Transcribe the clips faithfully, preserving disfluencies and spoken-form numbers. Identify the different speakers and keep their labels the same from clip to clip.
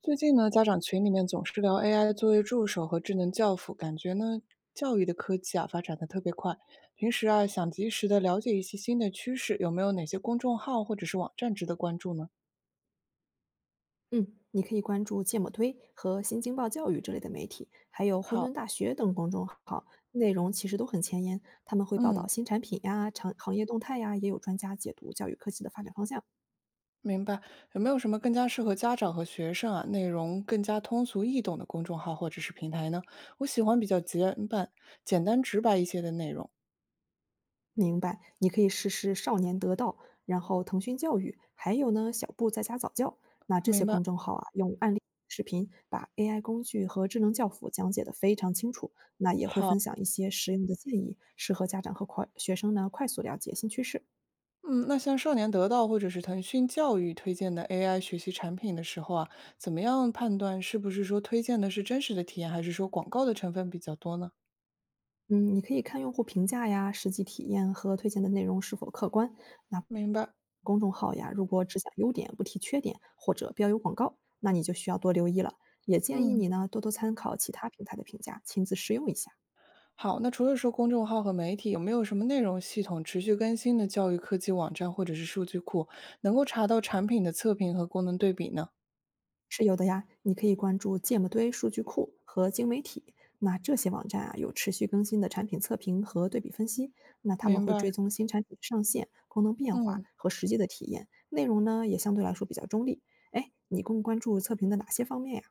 Speaker 1: 最近呢，家长群里面总是聊 A I 作业助手和智能教辅，感觉呢，教育的科技啊发展的特别快。平时啊，想及时的了解一些新的趋势，有没有哪些公众号或者是网站值得关注呢？
Speaker 2: 嗯，你可以关注芥末推和新京报教育这类的媒体，还有混
Speaker 1: 好。
Speaker 2: 沌大学等公众号，内容其实都很前沿。他们会报
Speaker 1: 嗯，
Speaker 2: 道新产品呀、长行业动态呀，也有专家解读教育科技的发展方向。
Speaker 1: 明白。有没有什么更加适合家长和学生啊，内容更加通俗易懂的公众号或者是平台呢？我喜欢比较简版、简单直白一些的内容。
Speaker 2: 明白，你可以试试少年得到，然后腾讯教育，还有呢小布在家早教。那这
Speaker 1: 明
Speaker 2: 些
Speaker 1: 白。
Speaker 2: 公众号啊，用案例视频把 A I 工具和智能教辅讲解的非常清楚，那也会分
Speaker 1: 好。
Speaker 2: 享一些实用的建议，适合家长和快学生呢快速了解新趋势。
Speaker 1: 嗯，那像少年得到或者是腾讯教育推荐的 A I 学习产品的时候啊，怎么样判断是不是说推荐的是真实的体验，还是说广告的成分比较多呢？
Speaker 2: 嗯，你可以看用户评价呀、实际体验和推荐的内容是否客观。那
Speaker 1: 明白。
Speaker 2: 公众号呀，如果只讲优点不提缺点，或者标有广告，那你就需要多留意了。也建议
Speaker 1: 嗯，
Speaker 2: 你呢多多参考其他平台的评价，亲自试用一下。
Speaker 1: 好，那除了说公众号和媒体，有没有什么内容系统持续更新的教育科技网站或者是数据库，能够查到产品的测评和功能对比呢？
Speaker 2: 是有的呀，你可以关注芥末堆数据库和精媒体。那这些网站啊，有持续更新的产品测评和对比分析。那他们
Speaker 1: 明
Speaker 2: 会
Speaker 1: 白。
Speaker 2: 追踪新产品的上线、功能变化
Speaker 1: 嗯。
Speaker 2: 和实际的体验，内容呢也相对来说比较中立。哎，你更关注测评的哪些方面呀？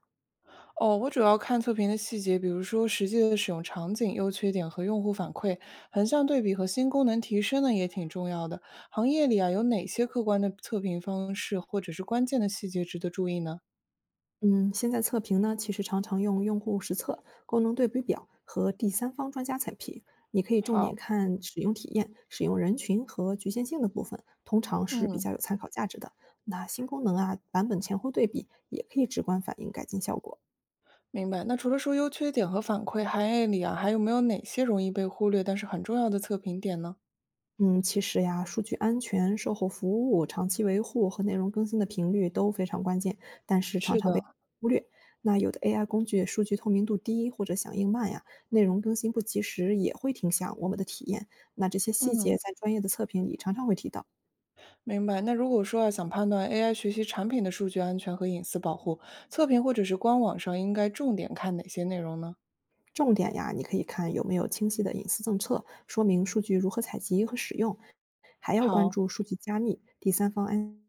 Speaker 1: 哦，我主要看测评的细节，比如说实际的使用场景、优缺点和用户反馈，横向对比和新功能提升呢也挺重要的。行业里啊，有哪些客观的测评方式或者是关键的细节值得注意呢？
Speaker 2: 嗯，现在测评呢，其实常常用用户实测、功能对比表和第三方专家测评。你可以重
Speaker 1: 好。
Speaker 2: 点看使用体验、使用人群和局限性的部分，通常是比
Speaker 1: 嗯，
Speaker 2: 较有参考价值的。那新功能啊，版本前后对比也可以直观反映改进效果。
Speaker 1: 明白。那除了说优缺点和反馈，行业里啊还有没有哪些容易被忽略但是很重要的测评点呢？
Speaker 2: 嗯，其实呀，数据安全、售后服务、长期维护和内容更新的频率都非常关键，但是常
Speaker 1: 是
Speaker 2: 常被
Speaker 1: 的。
Speaker 2: 忽略。那有的 A I 工具数据透明度低或者响应慢呀，内容更新不及时也会影响我们的体验。那这些细节
Speaker 1: 嗯，
Speaker 2: 在专业的测评里常常会提到。
Speaker 1: 明白。那如果说啊，想判断 A I 学习产品的数据安全和隐私保护，测评或者是官网上应该重点看哪些内容呢？
Speaker 2: 重点呀，你可以看有没有清晰的隐私政策，说明数据如何采集和使用，还要关
Speaker 1: 好。
Speaker 2: 注数据加密、第三方安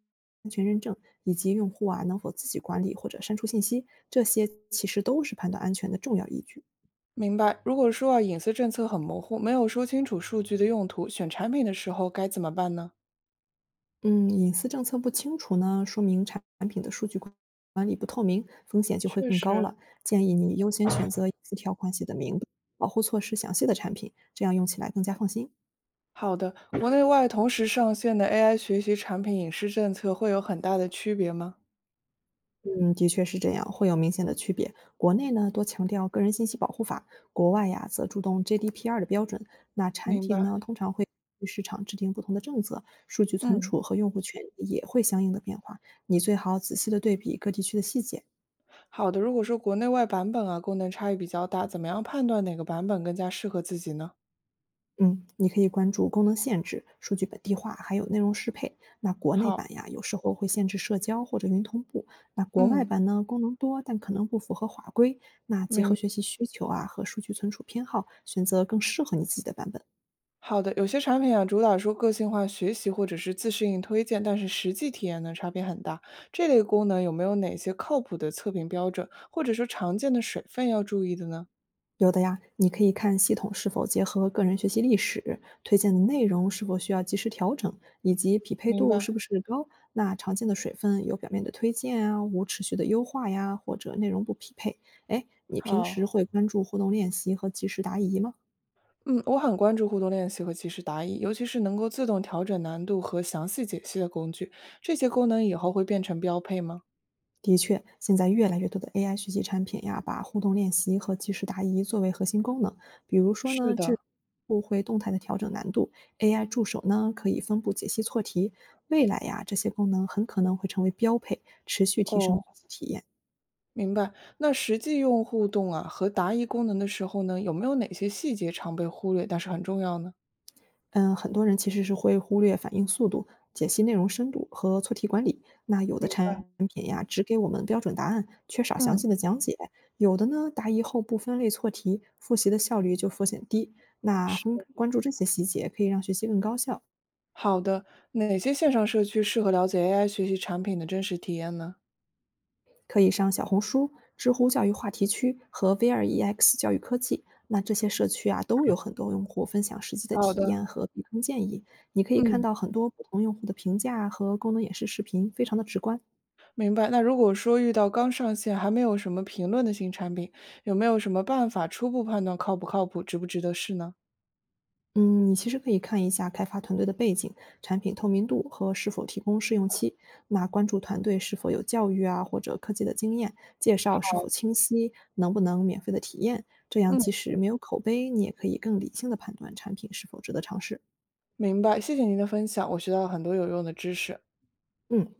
Speaker 2: 安全认证以及用户啊能否自己管理或者删除信息，这些其实都是判断安全的重要依据。
Speaker 1: 明白。如果说啊，隐私政策很模糊，没有说清楚数据的用途，选产品的时候该怎么办呢？
Speaker 2: 嗯，隐私政策不清楚呢，说明产品的数据管管理不透明，风险就会
Speaker 1: 确
Speaker 2: 更高
Speaker 1: 实。
Speaker 2: 了。建议你优先选择隐私条款写的明白保护措施详细的产品，这样用起来更加放心。
Speaker 1: 好的，国内外同时上线的 A I 学习产品隐私政策会有很大的区别吗？
Speaker 2: 嗯，的确是这样，会有明显的区别。国内呢，多强调个人信息保护法；国外呀，则注重 G D P R 的标准。那产
Speaker 1: 明
Speaker 2: 品
Speaker 1: 白。
Speaker 2: 呢，通常会与市场制定不同的政策，数据存
Speaker 1: 嗯，
Speaker 2: 储和用户权益也会相应的变化。你最好仔细的对比各地区的细节，
Speaker 1: 好的。如果说国内外版本啊，功能差异比较大，怎么样判断哪个版本更加适合自己呢？
Speaker 2: 嗯，你可以关注功能限制、数据本地化，还有内容适配。那国内
Speaker 1: 好。
Speaker 2: 版呀，有时候会限制社交或者云同步；那国外
Speaker 1: 嗯，
Speaker 2: 版呢，功能多，但可能不符合法规。那结
Speaker 1: 明
Speaker 2: 合
Speaker 1: 白。
Speaker 2: 学习需求啊和数据存储偏好，选择更适合你自己的版本。
Speaker 1: 好的，有些产品啊，主打说个性化学习或者是自适应推荐，但是实际体验呢差别很大。这类功能有没有哪些靠谱的测评标准，或者说常见的水分要注意的呢？
Speaker 2: 有的呀，你可以看系统是否结合个人学习历史，推荐的内容是否需要及时调整，以及匹配
Speaker 1: 明
Speaker 2: 度
Speaker 1: 白。
Speaker 2: 是不是高。那常见的水分有表面的推荐啊，无持续的优化呀，或者内容不匹配。哎，你平时
Speaker 1: 好。
Speaker 2: 会关注互动练习和及时答疑吗？
Speaker 1: 嗯，我很关注互动练习和即时答疑，尤其是能够自动调整难度和详细解析的工具，这些功能以后会变成标配吗？
Speaker 2: 的确，现在越来越多的 A I 学习产品呀，把互动练习和即时答疑作为核心功能。比如说
Speaker 1: 是
Speaker 2: 呢，
Speaker 1: 的。
Speaker 2: 智库会动态的调整难度，A I 助手呢可以分布解析错题。未来呀，这些功能很可能会成为标配，持续提升学
Speaker 1: 哦，
Speaker 2: 习体验。
Speaker 1: 明白。那实际用互动啊和答疑功能的时候呢，有没有哪些细节常被忽略，但是很重要呢？
Speaker 2: 嗯，很多人其实是会忽略反应速度、解析内容深度和错题管理。那有的
Speaker 1: 明。
Speaker 2: 产品呀，只给我们标准答案，缺少详
Speaker 1: 嗯，
Speaker 2: 细的讲解；有的呢，答疑后不分类错题，复习的效率就风险低。那
Speaker 1: 是。
Speaker 2: 分关注这些细节，可以让学习更高效。
Speaker 1: 好的，哪些线上社区适合了解 A I 学习产品的真实体验呢？
Speaker 2: 可以上小红书、知乎教育话题区和 v 二 e x 教育科技。那这些社区啊，都有很多用户分享实际的
Speaker 1: 好
Speaker 2: 体
Speaker 1: 的。
Speaker 2: 验和避坑建议。你可以看
Speaker 1: 嗯，
Speaker 2: 到很多不同用户的评价和功能演示视频，非常的直观。
Speaker 1: 明白。那如果说遇到刚上线还没有什么评论的新产品，有没有什么办法初步判断靠不靠谱、值不值得试呢？
Speaker 2: 嗯，你其实可以看一下开发团队的背景、产品透明度和是否提供试用期。那关注团队是否有教育啊或者科技的经验，介绍是
Speaker 1: 好。
Speaker 2: 否清晰，能不能免费的体验。这样
Speaker 1: 嗯，
Speaker 2: 即使没有口碑，你也可以更理性的判断产品是否值得尝试。
Speaker 1: 明白。谢谢您的分享，我学到了很多有用的知识。
Speaker 2: 嗯，